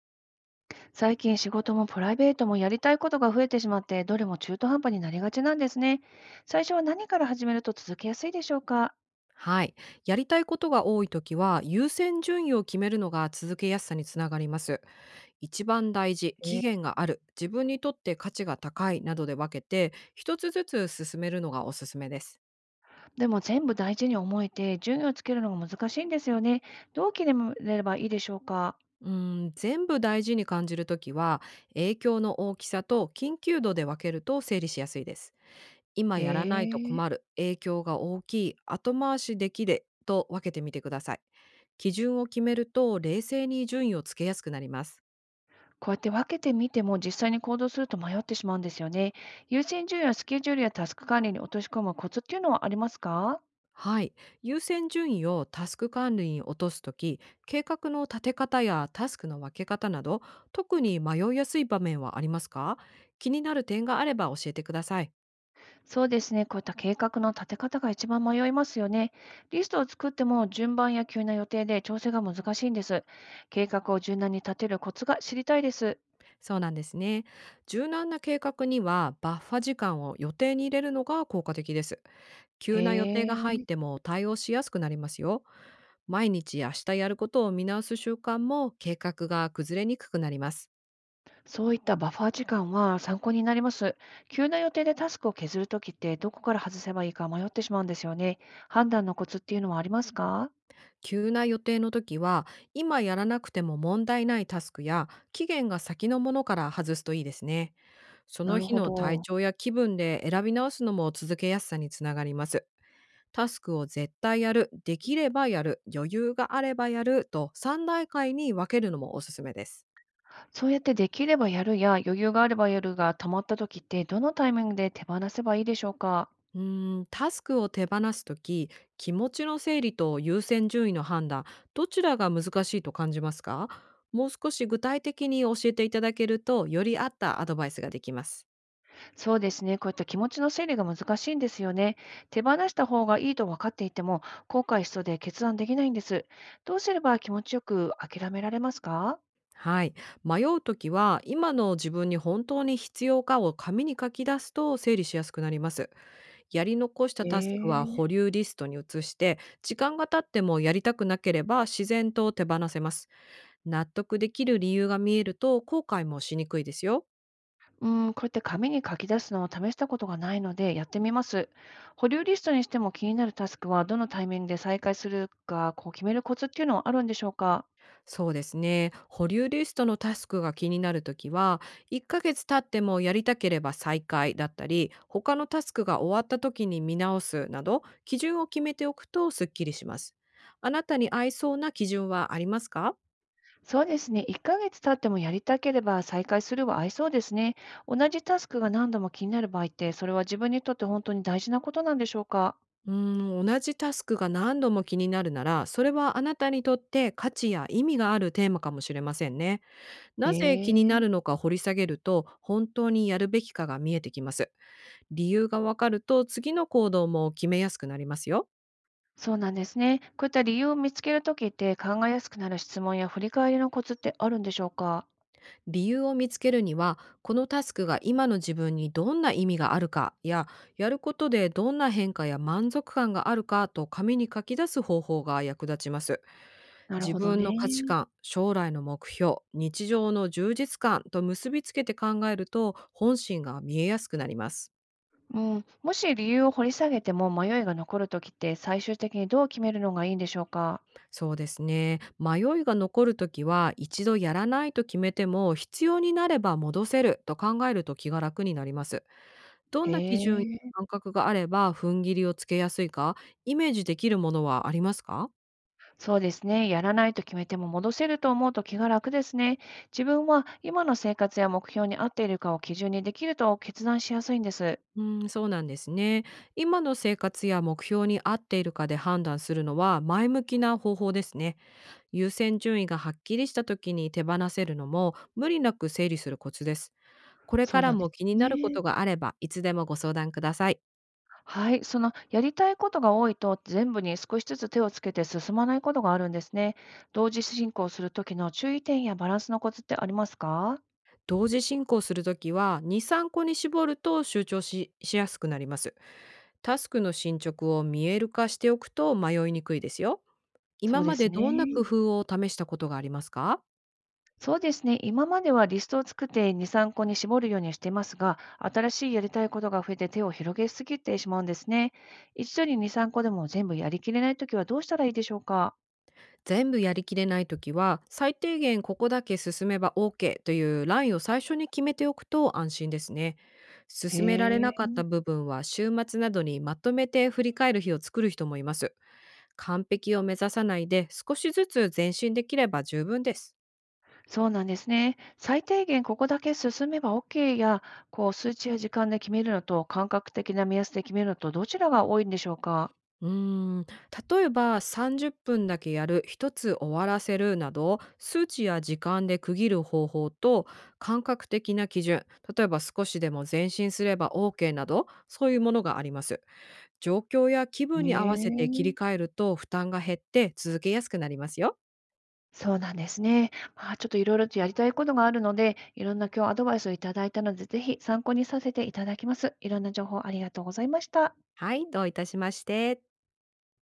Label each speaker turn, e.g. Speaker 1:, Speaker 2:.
Speaker 1: 最近仕事もプライベートもやりたいことが増えてしまって、どれも中途半端になりがちなんですね。最初は何から始めると続けやすいでしょうか？
Speaker 2: はい。やりたいことが多いときは、優先順位を決めるのが続けやすさにつながります。一番大事、
Speaker 1: え
Speaker 2: 期限
Speaker 1: ー
Speaker 2: がある、自分にとって価値が高いなどで分けて、一つずつ進めるのがおすすめです。
Speaker 1: でも全部大事に思えて、順位をつけるのが難しいんですよね。どう決めればいいでしょうか？
Speaker 2: うん、全部大事に感じるときは、影響の大きさと緊急度で分けると整理しやすいです。今
Speaker 1: へ
Speaker 2: やらないと
Speaker 1: え、
Speaker 2: 困る、影響が大きい、後回しできでと分けてみてください。基準を決めると、冷静に順位をつけやすくなります。
Speaker 1: こうやって分けてみても実際に行動すると迷ってしまうんですよね。優先順位やスケジュールやタスク管理に落とし込むコツっていうのはありますか？
Speaker 2: はい。優先順位をタスク管理に落とすとき、計画の立て方やタスクの分け方など、特に迷いやすい場面はありますか？気になる点があれば教えてください。
Speaker 1: そうですね。こういった計画の立て方が一番迷いますよね。リストを作っても順番や急な予定で調整が難しいんです。計画を柔軟に立てるコツが知りたいです。
Speaker 2: そうなんですね。柔軟な計画にはバッファ時間を予定に入れるのが効果的です。
Speaker 1: へ
Speaker 2: 急な予定が入って
Speaker 1: え。
Speaker 2: も対応しやすくなりますよ。毎日明日やることを見直す習慣も計画が崩れにくくなります。
Speaker 1: そういったバッファー時間は参考になります。急な予定でタスクを削るときってどこから外せばいいか迷ってしまうんですよね。判断のコツっていうのはありますか？
Speaker 2: 急な予定の時は、今やらなくても問題ないタスクや、期限が先のものから外すといいですね。そ
Speaker 1: な
Speaker 2: の
Speaker 1: る
Speaker 2: 日
Speaker 1: ほ
Speaker 2: の体
Speaker 1: ど。
Speaker 2: 調や気分で選び直すのも続けやすさにつながります。タスクを絶対やる、できればやる、余裕があればやると3段階に分けるのもおすすめです。
Speaker 1: そうやってできればやるや余裕があればやるが溜まったときってどのタイミングで手放せばいいでしょうか？
Speaker 2: うーん、タスクを手放すとき、気持ちの整理と優先順位の判断、どちらが難しいと感じますか？もう少し具体的に教えていただけると、より合ったアドバイスができます。
Speaker 1: そうですね。こういった気持ちの整理が難しいんですよね。手放した方がいいと分かっていても、後悔しそうで決断できないんです。どうすれば気持ちよく諦められますか？
Speaker 2: はい。迷うときは、今の自分に本当に必要かを紙に書き出すと整理しやすくなります。やり残した
Speaker 1: え
Speaker 2: タスクは保
Speaker 1: え。
Speaker 2: 留リストに移して、時間が経ってもやりたくなければ自然と手放せます。納得できる理由が見えると後悔もしにくいですよ。
Speaker 1: うん、こうやって紙に書き出すのを試したことがないのでやってみます。保留リストにしても気になるタスクはどのタイミングで再開するかこう決めるコツっていうのはあるんでしょうか？
Speaker 2: そうですね。保留リストのタスクが気になるときは、1ヶ月経ってもやりたければ再開だったり、他のタスクが終わったときに見直すなど、基準を決めておくとすっきりします。あなたに合いそうな基準はありますか？
Speaker 1: そうですね。1ヶ月経ってもやりたければ再開するは合いそうですね。同じタスクが何度も気になる場合って、それは自分にとって本当に大事なことなんでしょうか？
Speaker 2: うーん、同じタスクが何度も気になるなら、それはあなたにとって価値や意味があるテーマかもしれませんね。
Speaker 1: へ
Speaker 2: なぜ気にな
Speaker 1: え。
Speaker 2: るのか掘り下げると、本当にやるべきかが見えてきます。理由がわかると次の行動も決めやすくなりますよ。
Speaker 1: そうなんですね。こういった理由を見つけるときって考えやすくなる質問や振り返りのコツってあるんでしょうか？
Speaker 2: 理由を見つけるにはこのタスクが今の自分にどんな意味があるかややることでどんな変化や満足感があるかと紙に書き出す方法が役立ちます。
Speaker 1: なる
Speaker 2: 自
Speaker 1: ほど
Speaker 2: 分
Speaker 1: ね。
Speaker 2: の価値観、将来の目標、日常の充実感と結びつけて考えると本心が見えやすくなります。
Speaker 1: うん、もし理由を掘り下げても迷いが残るときって最終的にどう決めるのがいいんでしょうか？
Speaker 2: そうですね。迷いが残るときは、一度やらないと決めても、必要になれば戻せると考えると気が楽になります。どん
Speaker 1: へ
Speaker 2: な基準や
Speaker 1: え。
Speaker 2: 感覚があれば、踏ん切りをつけやすいか、イメージできるものはありますか？
Speaker 1: そうですね。やらないと決めても戻せると思うと気が楽ですね。自分は今の生活や目標に合っているかを基準にできると決断しやすいんです。
Speaker 2: うん、そうなんですね。今の生活や目標に合っているかで判断するのは前向きな方法ですね。優先順位がはっきりした時に手放せるのも無理なく整理するコツです。これ
Speaker 1: そ
Speaker 2: か
Speaker 1: う
Speaker 2: ら
Speaker 1: なんで
Speaker 2: も気に
Speaker 1: す
Speaker 2: なるこ
Speaker 1: ね。
Speaker 2: とがあればいつでもご相談ください。
Speaker 1: はい。そのやりたいことが多いと全部に少しずつ手をつけて進まないことがあるんですね。同時進行するときの注意点やバランスのコツってありますか？
Speaker 2: 同時進行するときは2、3個に絞ると集中しやすくなります。タスクの進捗を見える化しておくと迷いにくいですよ。
Speaker 1: そ
Speaker 2: 今
Speaker 1: うで
Speaker 2: ま
Speaker 1: す
Speaker 2: でどんな工
Speaker 1: ね。
Speaker 2: 夫を試したことがありますか？
Speaker 1: そうですね。今まではリストを作って2、3個に絞るようにしていますが、新しいやりたいことが増えて手を広げすぎてしまうんですね。一度に2、3個でも全部やりきれないときはどうしたらいいでしょうか？
Speaker 2: 全部やりきれないときは最低限ここだけ進めば OK というラインを最初に決めておくと安心ですね。
Speaker 1: へ
Speaker 2: 進められな
Speaker 1: え、
Speaker 2: かった部分は週末などにまとめて振り返る日を作る人もいます。完璧を目指さないで少しずつ前進できれば十分です。
Speaker 1: そうなんですね。最低限ここだけ進めば OK や、こう数値や時間で決めるのと、感覚的な目安で決めるのと、どちらが多いんでしょうか？
Speaker 2: うーん、例えば30分だけやる、一つ終わらせるなど、数値や時間で区切る方法と、感覚的な基準、例えば少しでも前進すれば OK など、そういうものがあります。状況や気
Speaker 1: へ
Speaker 2: 分に合わせて切り
Speaker 1: え。
Speaker 2: 替えると負担が減って続けやすくなりますよ。
Speaker 1: そうなんですね。まあ、ちょっといろいろとやりたいことがあるので、いろんな今日アドバイスをいただいたので、ぜひ参考にさせていただきます。いろんな情報ありがとうございました。
Speaker 2: はい、どういたしまして。